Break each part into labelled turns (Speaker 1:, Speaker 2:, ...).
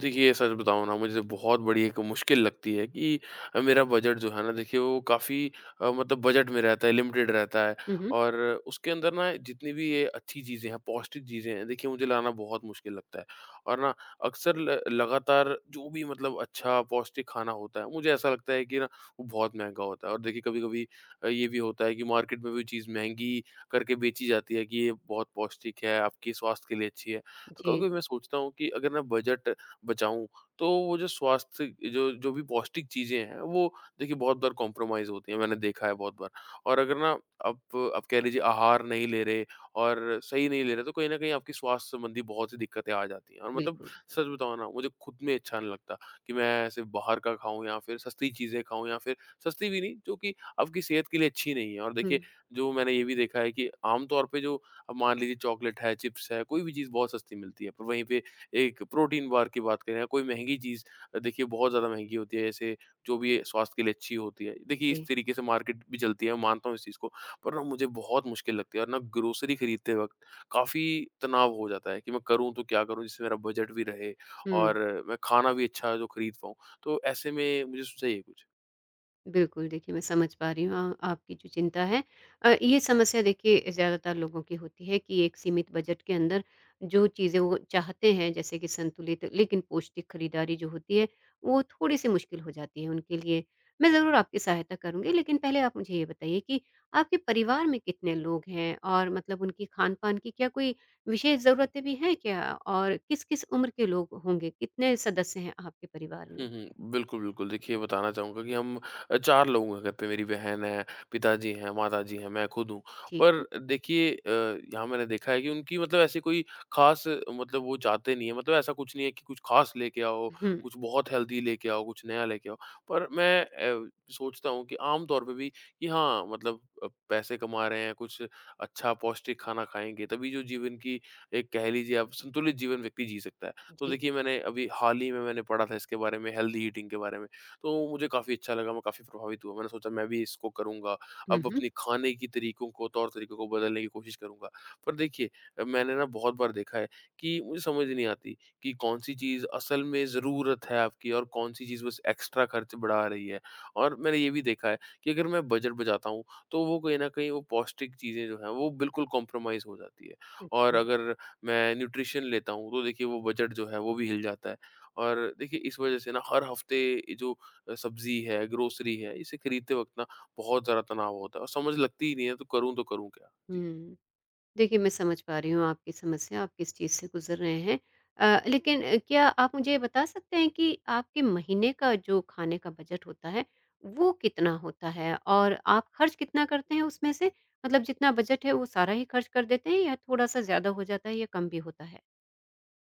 Speaker 1: देखिए, सच बताऊँ ना मुझे बहुत बड़ी एक मुश्किल लगती है कि मेरा बजट जो है ना देखिए वो काफ़ी मतलब बजट में रहता है, लिमिटेड रहता है।
Speaker 2: हुँ, हुँ।
Speaker 1: और उसके अंदर ना जितनी भी ये अच्छी चीज़ें हैं, पौष्टिक चीज़ें हैं देखिए मुझे लाना बहुत मुश्किल लगता है। और ना अक्सर ल लगातार जो भी मतलब अच्छा पौष्टिक खाना होता है, मुझे ऐसा लगता है कि ना वो बहुत महँगा होता है और देखिए कभी-कभी ये भी होता है कि मार्केट में भी चीज़ महँगी करके बेची जाती है कि ये बहुत पौष्टिक है, आपके स्वास्थ्य के लिए अच्छी है। तो
Speaker 2: जी,
Speaker 1: कभी-कभी मैं सोचता हूँ कि अगर ना बजट बचाऊँ, तो वो जो स्वास्थ्य जो जो भी पौष्टिक चीज़ें हैं, वो देखिए बहुत बार कॉम्प्रोमाइज़ होती हैं, मैंने देखा है बहुत बार। और अगर ना आप आप कह लीजिए आहार नहीं ले रहे और सही नहीं ले रहे, तो कहीं न कहीं आपकी स्वास्थ्य संबंधी बहुत सी दिक्कतें आ जाती हैं। और मतलब
Speaker 2: बिल्कुल।
Speaker 1: सच बताऊँ ना, मुझे खुद में अच्छा नहीं लगता कि मैं सिर्फ़ बाहर का खाऊँ या फिर सस्ती चीज़ें खाऊँ या फिर सस्ती भी नहीं, जो कि आपकी सेहत के लिए अच्छी नहीं है। और
Speaker 2: हुँ,
Speaker 1: देखिए, जो मैंने ये भी देखा है कि आम तौर पे जो अब मान लीजिए चॉकलेट है, चिप्स है, कोई भी चीज़ बहुत सस्ती मिलती है, पर वहीं पे एक प्रोटीन बार की बात करें या कोई महँगी चीज़ देखिए बहुत ज़्यादा महँगी होती है जैसे जो भी स्वास्थ्य के लिए अच्छी होती है। देखिए इस
Speaker 2: जी।
Speaker 1: तरीके से मार्केट भी चलती है, मैं मानता हूँ इस चीज़ को, पर ना मुझे बहुत मुश्किल लगती है और ना ग्रोसरी खरीदते वक़्त काफ़ी तनाव हो जाता है कि मैं करूँ तो क्या करूँ जिससे मेरा बजट भी रहे
Speaker 2: हुँ,
Speaker 1: और मैं खाना भी अच्छा जो खरीद पाऊँ। तो ऐसे में मुझे सुझाइए कुछ?
Speaker 2: बिल्कुल, देखिए मैं समझ पा रही हूँ आपकी जो चिंता है। ये समस्या देखिए ज़्यादातर लोगों की होती है कि एक सीमित बजट के अंदर जो चीज़ें वो चाहते हैं, जैसे कि संतुलित लेकिन पौष्टिक खरीदारी जो होती है, वो थोड़ी-सी मुश्किल हो जाती है उनके लिए। मैं ज़रूर आपकी सहायता करूँगी, लेकिन पहले आप मुझे ये बताइए कि आपके परिवार में कितने लोग हैं? और मतलब उनकी खान-पान की क्या कोई विशेष ज़रूरतें भी हैं क्या? और किस-किस उम्र के लोग होंगे? कितने सदस्य हैं आपके परिवार में?
Speaker 1: हुँ, हुँ। बिल्कुल, बिल्कुल। देखिए बताना चाहूँगा कि हम 4 लोग हैं घर पे मेरी बहन है, पिताजी हैं, माताजी हैं, मैं खुद हूँ।
Speaker 2: ठीक
Speaker 1: पर
Speaker 2: है।
Speaker 1: देखिए यहाँ मैंने देखा है कि उनकी मतलब ऐसी कोई ख़ास मतलब वो चाहते नहीं हैं। मतलब ऐसा कुछ नहीं है कि कुछ ख़ास लेके आओ,
Speaker 2: हुँ,
Speaker 1: कुछ बहुत हेल्दी लेके आओ, कुछ नया लेके आओ। पर मैं सोचता हूँ कि आम तौर पे भी कि हाँ, मतलब पैसे कमा रहे हैं, कुछ अच्छा पौष्टिक खाना खाएँगे, तभी जो जीवन की एक कह लीजिए आप संतुलित जीवन व्यक्ति जी सकता है। तो
Speaker 2: जी।
Speaker 1: देखिए मैंने अभी हाल ही में मैंने पढ़ा था इसके बारे में हेल्दी ईटिंग के बारे में, तो मुझे काफ़ी अच्छा लगा, मैं काफ़ी प्रभावित हुआ। मैंने सोचा मैं भी इसको करूँगा,
Speaker 2: हुँ,
Speaker 1: अब
Speaker 2: हुँ।
Speaker 1: अपने खाने की तरीकों को, तौर-तरीकों को बदलने की कोशिश करूँगा। पर देखिए मैंने ना बहुत बार देखा है कि मुझे समझ नहीं आती कि कौन-सी चीज़ असल में ज़रूरत है आपकी और कौन-सी चीज़ बस एक्स्ट्रा खर्च बढ़ा रही है। और मैंने ये भी देखा है कि अगर मैं बजट बचाता हूँ, तो वो कहीं न कहीं वो पौष्टिक चीज़ें जो हैं, वो बिल्कुल कॉम्प्रोमाइज़ हो जाती है। और
Speaker 2: अच्छा,
Speaker 1: अगर मैं न्यूट्रिशन लेता हूँ तो देखिए वो बजट जो है वो भी हिल जाता है। और देखिए इस वज़ह से ना हर हफ़्ते ये जो सब्ज़ी है, ग्रोसरी है, इसे खरीदते वक़्त ना बहुत ज़्यादा तनाव होता है और समझ लगती ही नहीं है तो करूँ क्या? जी।
Speaker 2: हुँ। देखिए, मैं समझ पा रही हूँ आपकी समस्या, आप किस चीज़ से गुज़र रहे हैं। लेकिन क्या आप मुझे ये बता सकते हैं कि आपके महीने का जो खाने का बजट होता है, वो कितना होता है? और आप खर्च कितना करते हैं उसमें से? मतलब जितना बजट है, वो सारा ही खर्च कर देते हैं या थोड़ा-सा ज़्यादा हो जाता है या कम भी होता है?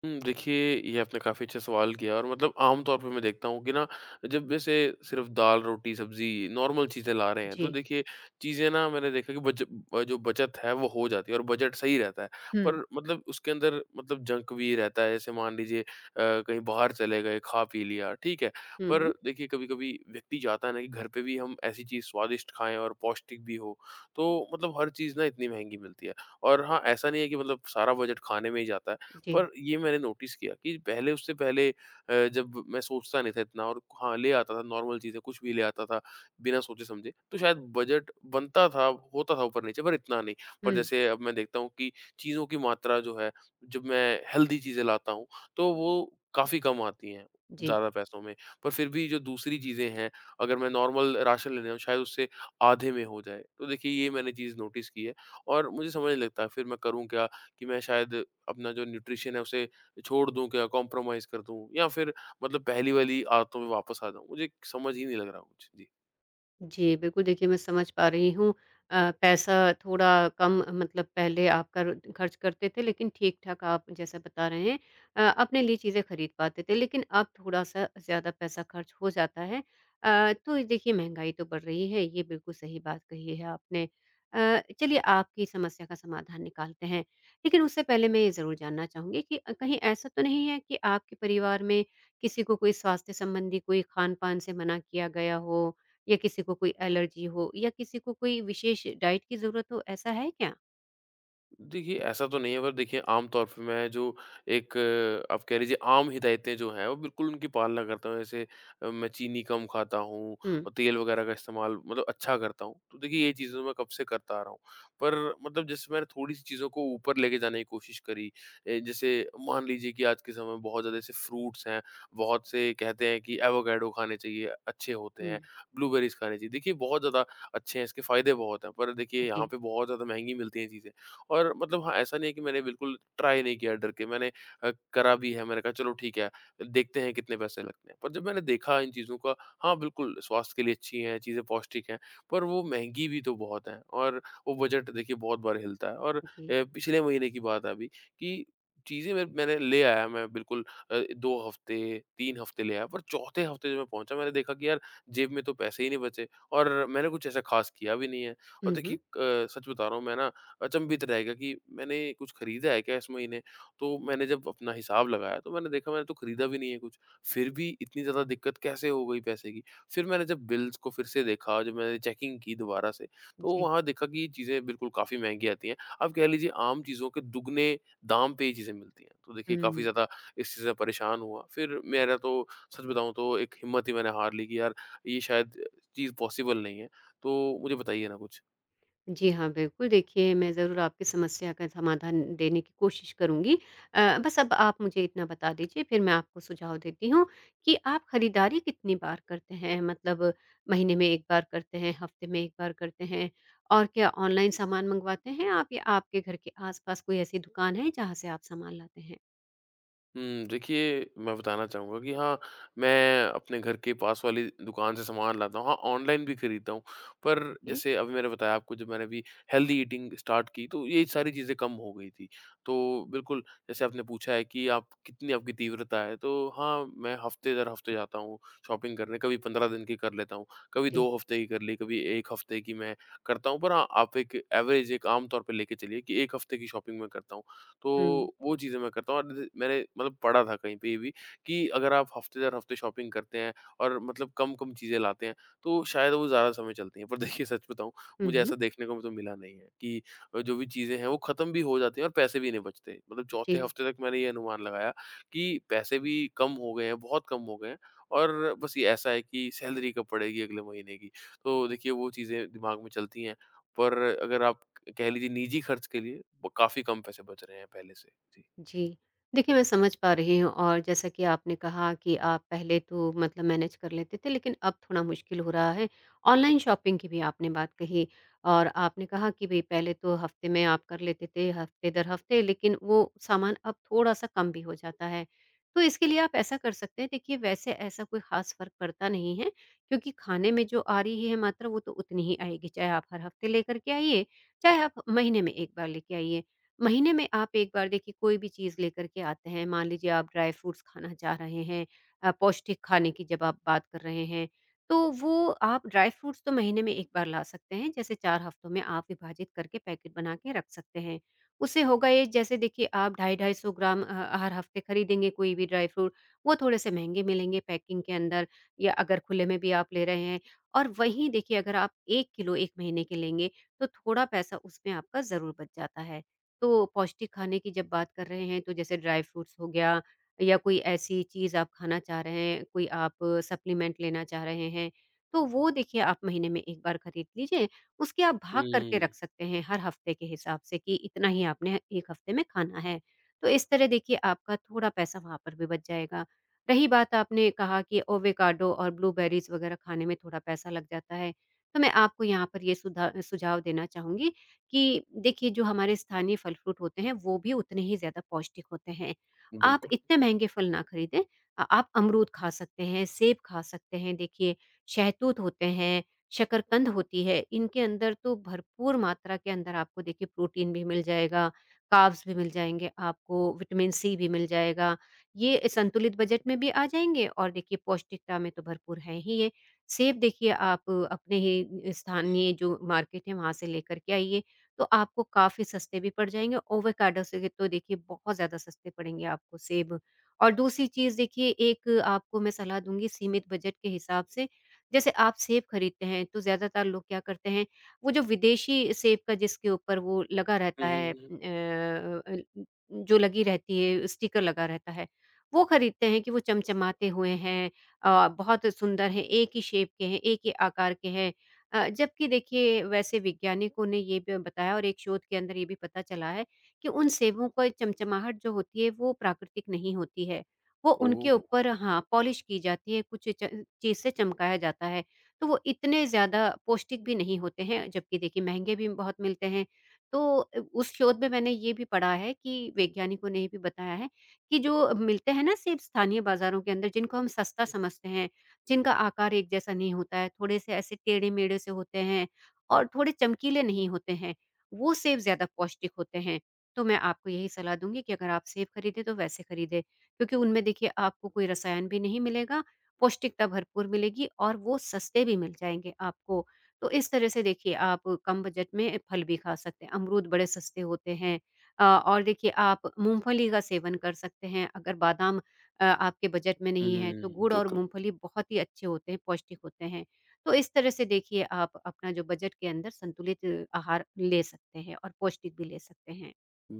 Speaker 1: हुँ, देखिए ये आपने काफ़ी अच्छा सवाल किया और मतलब आम तौर पे मैं देखता हूँ कि ना जब जैसे सिर्फ़ दाल-रोटी, सब्ज़ी नॉर्मल चीज़ें ला रहे हैं, तो
Speaker 2: जी।
Speaker 1: देखिए चीज़ें ना मैंने देखा कि जो बचत है वो हो जाती है और बजट सही रहता है।
Speaker 2: हुँ।
Speaker 1: पर मतलब उसके अंदर मतलब जंक भी रहता है, जैसे मान लीजिए कहीं बाहर चले गए, खा पी लिया, ठीक है। पर
Speaker 2: हुँ,
Speaker 1: देखिए कभी-कभी व्यक्ति चाहता है ना कि घर पे भी हम ऐसी चीज़ स्वादिष्ट खाएँ और पौष्टिक भी हो, तो मतलब हर चीज़ ना इतनी महँगी मिलती है। और हाँ, ऐसा नहीं है कि मतलब सारा बजट खाने में ही जाता है।
Speaker 2: जी।
Speaker 1: पर ये मैंने नोटिस किया कि पहले उससे पहले जब मैं सोचता नहीं था इतना और हाँ, ले आता था नॉर्मल चीज़ें, कुछ भी ले आता था बिना सोचे-समझे, तो शायद बजट बनता था, होता था ऊपर-नीचे पर इतना नहीं। पर
Speaker 2: हुँ,
Speaker 1: जैसे अब मैं देखता हूँ कि चीज़ों की मात्रा जो है, जब मैं हेल्दी चीज़ें लाता हूँ, तो वो काफ़ी कम आती हैं,
Speaker 2: जी।
Speaker 1: ज़्यादा पैसों में। पर फिर भी जो दूसरी चीज़ें हैं, अगर मैं नॉर्मल राशन लेने जाऊँ, शायद उससे आधे में हो जाए। तो देखिए, ये मैंने चीज़ नोटिस की है और मुझे समझ नहीं लगता, फिर मैं करूँ क्या कि मैं शायद अपना जो न्यूट्रिशन है उसे छोड़ दूँ क्या, कॉम्प्रोमाइज़ कर दूँ या फिर मतलब पहली वाली आदतों में वापस आ जाऊँ? मुझे समझ ही नहीं लग रहा कुछ। जी।
Speaker 2: जी, बिल्कुल देखिए मैं समझ पा रही हूँ। पैसा थोड़ा कम मतलब पहले आप कर खर्च करते थे लेकिन ठीक-ठाक आप जैसा बता रहे हैं अपने लिए चीज़ें खरीद पाते थे लेकिन अब थोड़ा-सा ज़्यादा पैसा खर्च हो जाता है। तो ये देखिए महँगाई तो बढ़ रही है, ये बिल्कुल सही बात कही है आपने। चलिए आपकी समस्या का समाधान निकालते हैं। लेकिन उससे पहले मैं ये ज़रूर जानना चाहूँगी कि कहीं ऐसा तो नहीं है कि आपके परिवार में किसी को कोई स्वास्थ्य संबंधी कोई खान-पान से मना किया गया हो या किसी को कोई एलर्जी हो या किसी को कोई विशेष डाइट की ज़रूरत हो, ऐसा है क्या?
Speaker 1: देखिए, ऐसा तो नहीं है पर देखिए आम तौर पे मैं जो एक आप कह लीजिए आम हिदायतें जो हैं, वो बिल्कुल उनकी पालना करता हूँ। जैसे मैं चीनी कम खाता हूँ
Speaker 2: हुँ,
Speaker 1: और तेल वगैरह का इस्तेमाल मतलब अच्छा करता हूँ। तो देखिए ये चीज़ें तो मैं कब से करता आ रहा हूँ। पर मतलब जैसे मैंने थोड़ी-सी चीज़ों को ऊपर लेके जाने की कोशिश करी जैसे मान लीजिए कि आज के समय में बहुत ज़्यादा ऐसे फ्रूट्स हैं, बहुत से कहते हैं कि एवोकाडो खाने चाहिए, अच्छे होते
Speaker 2: हुँ।
Speaker 1: हैं, ब्लूबेरीज़ खाने चाहिए। देखिए बहुत ज़्यादा अच्छे हैं, इसके फ़ायदे बहुत हैं, पर देखिए यहाँ
Speaker 2: जी,
Speaker 1: पे बहुत ज़्यादा महँगी मिलती हैं चीज़ें। और मतलब हाँ, ऐसा नहीं है कि मैंने बिल्कुल ट्राई नहीं किया डर के, मैंने करा भी है, मैंने कहा चलो ठीक है, देखते हैं कितने पैसे लगते हैं। पर जब मैंने देखा इन चीज़ों का, हाँ, बिल्कुल स्वास्थ्य के लिए अच्छी हैं, चीज़ें पौष्टिक हैं, पर वो महँगी भी तो बहुत हैं और वो बजट देखिए बहुत बार हिलता है और
Speaker 2: जी।
Speaker 1: पिछले महीने की बात है अभी कि चीज़ें मैंने ले आया मैं बिल्कुल अ, 2 हफ़्ते, 3 हफ़्ते ले आया, पर चौथे हफ़्ते जब मैं पहुँचा मैंने देखा कि यार जेब में तो पैसे ही नहीं बचे और मैंने कुछ ऐसा ख़ास किया भी नहीं है। और
Speaker 2: हुँ,
Speaker 1: देखिए
Speaker 2: हुँ।
Speaker 1: सच बता रहा हूँ मैं ना अचंभित रह गया कि मैंने कुछ खरीदा है क्या इस महीने? तो मैंने जब अपना हिसाब लगाया तो मैंने देखा मैंने तो खरीदा भी नहीं है कुछ। फिर भी इतनी ज़्यादा दिक्कत कैसे हो गई पैसे की? फिर मैंने जब बिल्स को फिर से देखा, जब मैंने चेकिंग की दोबारा से तो
Speaker 2: जी।
Speaker 1: वहाँ देखा कि ये चीज़ें बिल्कुल काफ़ी महँगी आती हैं। आप कह लीजिए आम चीज़ों के दुगने दाम पे ये चीज़ें मिलती हैं। तो देखिए काफ़ी
Speaker 2: हुँ,
Speaker 1: ज़्यादा इस चीज़ से परेशान हुआ। फिर मेरा तो सच बताऊँ तो एक हिम्मत ही मैंने हार ली कि यार ये शायद चीज़ पॉसिबल नहीं है। तो मुझे बताइए ना कुछ?
Speaker 2: जी हाँ, बिल्कुल देखिए मैं ज़रूर आपकी समस्या का समाधान देने की कोशिश करूँगी। बस अब आप मुझे इतना बता दीजिए फिर मैं आपको सुझाव देती हूँ कि आप खरीदारी कितनी बार करते हैं? मतलब महीने में 1 बार करते हैं, हफ्ते में 1 बार करते हैं? और क्या ऑनलाइन सामान मंगवाते हैं आप या आपके घर के आस-पास कोई ऐसी दुकान है जहाँ से आप सामान लाते हैं?
Speaker 1: हुँ, देखिए, मैं बताना चाहूँगा कि हाँ, मैं अपने घर के पास वाली दुकान से सामान लाता हूँ। हाँ, ऑनलाइन भी खरीदता हूँ, पर
Speaker 2: ठीक है।
Speaker 1: जैसे अभी मैंने बताया आपको जब मैंने अभी हेल्दी ईटिंग स्टार्ट की, तो ये सारी चीज़ें कम हो गई थी। तो बिल्कुल, जैसे आपने पूछा है कि आप कितनी आपकी तीव्रता है, तो हाँ, मैं हफ़्ते दर हफ़्ते जाता हूँ शॉपिंग करने। कभी 15 दिन की कर लेता हूँ, कभी
Speaker 2: जी।
Speaker 1: 2 हफ़्ते की कर ली, कभी 1 हफ़्ते की मैं करता हूँ। पर हाँ, आप एक एवरेज, एक आम तौर पे लेके चलिए कि 1 हफ़्ते की शॉपिंग मैं करता हूँ। तो
Speaker 2: हुँ।
Speaker 1: वो चीज़ें मैं करता हूँ और जैसे मैंने मतलब पढ़ा था कहीं पे ये भी कि अगर आप हफ़्ते दर हफ़्ते शॉपिंग करते हैं और मतलब कम-कम चीज़ें लाते हैं, तो शायद वो ज़्यादा समय चलती हैं। पर देखिए सच बताऊँ,
Speaker 2: हुँ,
Speaker 1: मुझे ऐसा
Speaker 2: हुँ।
Speaker 1: देखने को तो मिला नहीं है कि जो भी चीज़ें हैं वो ख़त्म भी हो जाती हैं और पैसे भी नहीं बचते। मतलब चौथे
Speaker 2: जी,
Speaker 1: हफ़्ते तक मैंने ये अनुमान लगाया कि पैसे भी कम हो गए हैं, बहुत कम हो गए हैं और बस ये ऐसा है कि सैलरी कब पड़ेगी अगले महीने की। तो देखिए वो चीज़ें दिमाग में चलती हैं, पर अगर आप कह लीजिए निजी खर्च के लिए ब काफ़ी कम पैसे बच रहे हैं पहले से। जी।
Speaker 2: जी। देखिए, मैं समझ पा रही हूँ और जैसा कि आपने कहा कि आप पहले तो मतलब मैनेज कर लेते थे, लेकिन अब थोड़ा मुश्किल हो रहा है। ऑनलाइन शॉपिंग की भी आपने बात कही और आपने कहा कि भई पहले तो हफ़्ते में आप कर लेते थे, हफ़्ते दर हफ़्ते, लेकिन वो सामान अब थोड़ा-सा कम भी हो जाता है। तो इसके लिए आप ऐसा कर सकते हैं, देखिए वैसे ऐसा कोई ख़ास फ़र्क पड़ता नहीं है, क्योंकि खाने में जो आ रही है मात्रा, वो तो उतनी ही आएगी, चाहे आप हर हफ़्ते लेकर के आइए, चाहे आप महीने में 1 बार लेके आइए। महीने में आप एक बार देखिए कोई भी चीज़ लेकर के आते हैं, मान लीजिए आप ड्राई फ्रूट्स खाना चाह रहे हैं। पौष्टिक खाने की जब आप बात कर रहे हैं, तो वो आप ड्राई फ्रूट्स तो महीने में 1 बार ला सकते हैं, जैसे 4 हफ्तों में आप विभाजित करके पैकेट बना के रख सकते हैं। उससे होगा ये जैसे देखिए आप ढाई 250 ग्राम हर हफ्ते खरीदेंगे कोई भी ड्राई फ्रूट, वो थोड़े से महँगे मिलेंगे पैकिंग के अंदर या अगर खुले में भी आप ले रहे हैं और वहीं देखिए अगर आप 1 किलो 1 महीने के लेंगे, तो थोड़ा पैसा उसमें आपका ज़रूर बच जाता है। तो पौष्टिक खाने की जब बात कर रहे हैं तो जैसे ड्राई फ्रूट्स हो गया या कोई ऐसी चीज़ आप खाना चाह रहे हैं, कोई आप सप्लीमेंट लेना चाह रहे हैं, तो वो देखिए आप महीने में 1 बार खरीद लीजिए। उसके आप भाग करके
Speaker 1: हुँ।
Speaker 2: रख सकते हैं हर हफ्ते के हिसाब से कि इतना ही आपने 1 हफ्ते में खाना है। तो इस तरह देखिए आपका थोड़ा पैसा वहाँ पर भी बच जाएगा। रही बात आपने कहा कि एवोकाडो और ब्लूबेरीज़ वगैरह खाने में थोड़ा पैसा लग जाता है, तो मैं आपको यहाँ पर ये सुधा सुझाव देना चाहूँगी कि देखिए जो हमारे स्थानीय फल-फ्रूट होते हैं वो भी उतने ही ज़्यादा पौष्टिक होते हैं। आप
Speaker 1: बिल्कुल।
Speaker 2: इतने महँगे फल ना खरीदें। आप अमरूद खा सकते हैं, सेब खा सकते हैं देखिए, शहतूत होते हैं, शकरकंद होती है। इनके अंदर तो भरपूर मात्रा के अंदर आपको देखिए प्रोटीन भी मिल जाएगा, कार्ब्स भी मिल जाएँगे आपको, विटामिन सी भी मिल जाएगा। ये संतुलित बजट में भी आ जाएँगे और देखिए पौष्टिकता में तो भरपूर हैं ही ये। सेब देखिए आप अपने ही स्थानीय जो मार्केट है वहाँ से लेकर के आइए। तो आपको काफ़ी सस्ते भी पड़ जाएँगे। ओवोकाडो से तो देखिए बहुत ज़्यादा सस्ते पड़ेंगे आपको सेब। और दूसरी चीज़ देखिए एक आपको मैं सलाह दूँगी सीमित बजट के हिसाब से, जैसे आप सेब खरीदते हैं तो ज़्यादातर लोग क्या करते हैं, वो जो विदेशी सेब का जिसके ऊपर वो लगा
Speaker 1: हुँ,
Speaker 2: रहता
Speaker 1: हुँ,
Speaker 2: है
Speaker 1: हुँ, हुँ।
Speaker 2: जो लगी रहती है स्टिकर लगा रहता है, वो खरीदते हैं कि वो चमचमाते हुए हैं, बहुत सुंदर हैं, एक ही शेप के हैं, एक ही आकार के हैं। जबकि देखिए वैसे वैज्ञानिकों ने ये भी बताया और एक शोध के अंदर ये भी पता चला है कि उन सेबों की चमचमाहट जो होती है वो प्राकृतिक नहीं होती है, वो उनके
Speaker 1: ओह!
Speaker 2: ऊपर हाँ पॉलिश की जाती है, कुछ चीज़ से चमकाया जाता है, तो वो इतने ज़्यादा पौष्टिक भी नहीं होते हैं जबकि देखिए महंगे भी बहुत मिलते हैं। तो उस शोध में मैंने ये भी पढ़ा है कि वैज्ञानिकों ने ये भी बताया है कि जो मिलते हैं ना सेब स्थानीय बाजारों के अंदर, जिनको हम सस्ता समझते हैं, जिनका आकार एक जैसा नहीं होता है, थोड़े-से ऐसे टेढ़े-मेढ़े से होते हैं और थोड़े चमकीले नहीं होते हैं, वो सेब ज़्यादा पौष्टिक होते हैं। तो मैं आपको यही सलाह दूँगी कि अगर आप सेब खरीदें तो वैसे खरीदें, क्योंकि उनमें देखिए आपको कोई रसायन भी नहीं मिलेगा, पौष्टिकता भरपूर मिलेगी और वो सस्ते भी मिल जाएँगे आपको। तो इस तरह से देखिए आप कम बजट में फल भी खा सकते हैं, अमरूद बड़े सस्ते होते हैं। और देखिए आप मूँगफली का सेवन कर सकते हैं, अगर बादाम आपके बजट में नहीं है तो
Speaker 1: हुँ।
Speaker 2: गुड़ और
Speaker 1: बिल्कुल,
Speaker 2: मूँगफली बहुत ही अच्छे होते हैं, पौष्टिक होते हैं। तो इस तरह से देखिए आप अपना जो बजट के अंदर संतुलित आहार ले सकते हैं और पौष्टिक भी ले सकते हैं।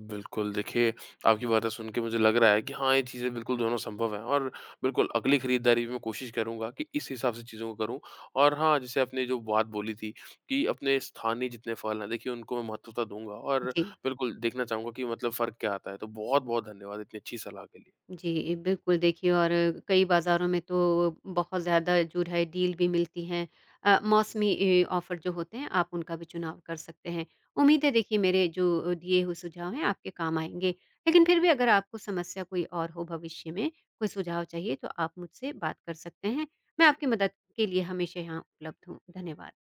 Speaker 1: बिल्कुल देखिए, आपकी बातें सुन के मुझे लग रहा है कि हाँ, ये चीज़ें बिल्कुल दोनों संभव हैं और बिल्कुल अगली खरीदारी में कोशिश करूँगा कि इस हिसाब से चीज़ों को करूँ और हाँ, जैसे आपने जो बात बोली थी कि अपने स्थानीय जितने फल हैं देखिए उनको मैं महत्वता दूँगा और
Speaker 2: जी।
Speaker 1: बिल्कुल देखना चाहूँगा कि मतलब फ़र्क क्या आता है। तो बहुत-बहुत धन्यवाद इतनी अच्छी सलाह के लिए।
Speaker 2: जी, बिल्कुल देखिए और कई बाज़ारों में तो बहुत ज़्यादा जो है डील भी मिलती हैं। मौसमी ए ऑफ़र जो होते हैं आप उनका भी चुनाव कर सकते हैं। उम्मीद है देखिए मेरे जो दिए हुए सुझाव हैं आपके काम आएँगे। लेकिन फिर भी अगर आपको समस्या कोई और हो भविष्य में, कोई सुझाव चाहिए तो आप मुझसे बात कर सकते हैं। मैं आपकी मदद के लिए हमेशा यहाँ उपलब्ध हूँ। धन्यवाद।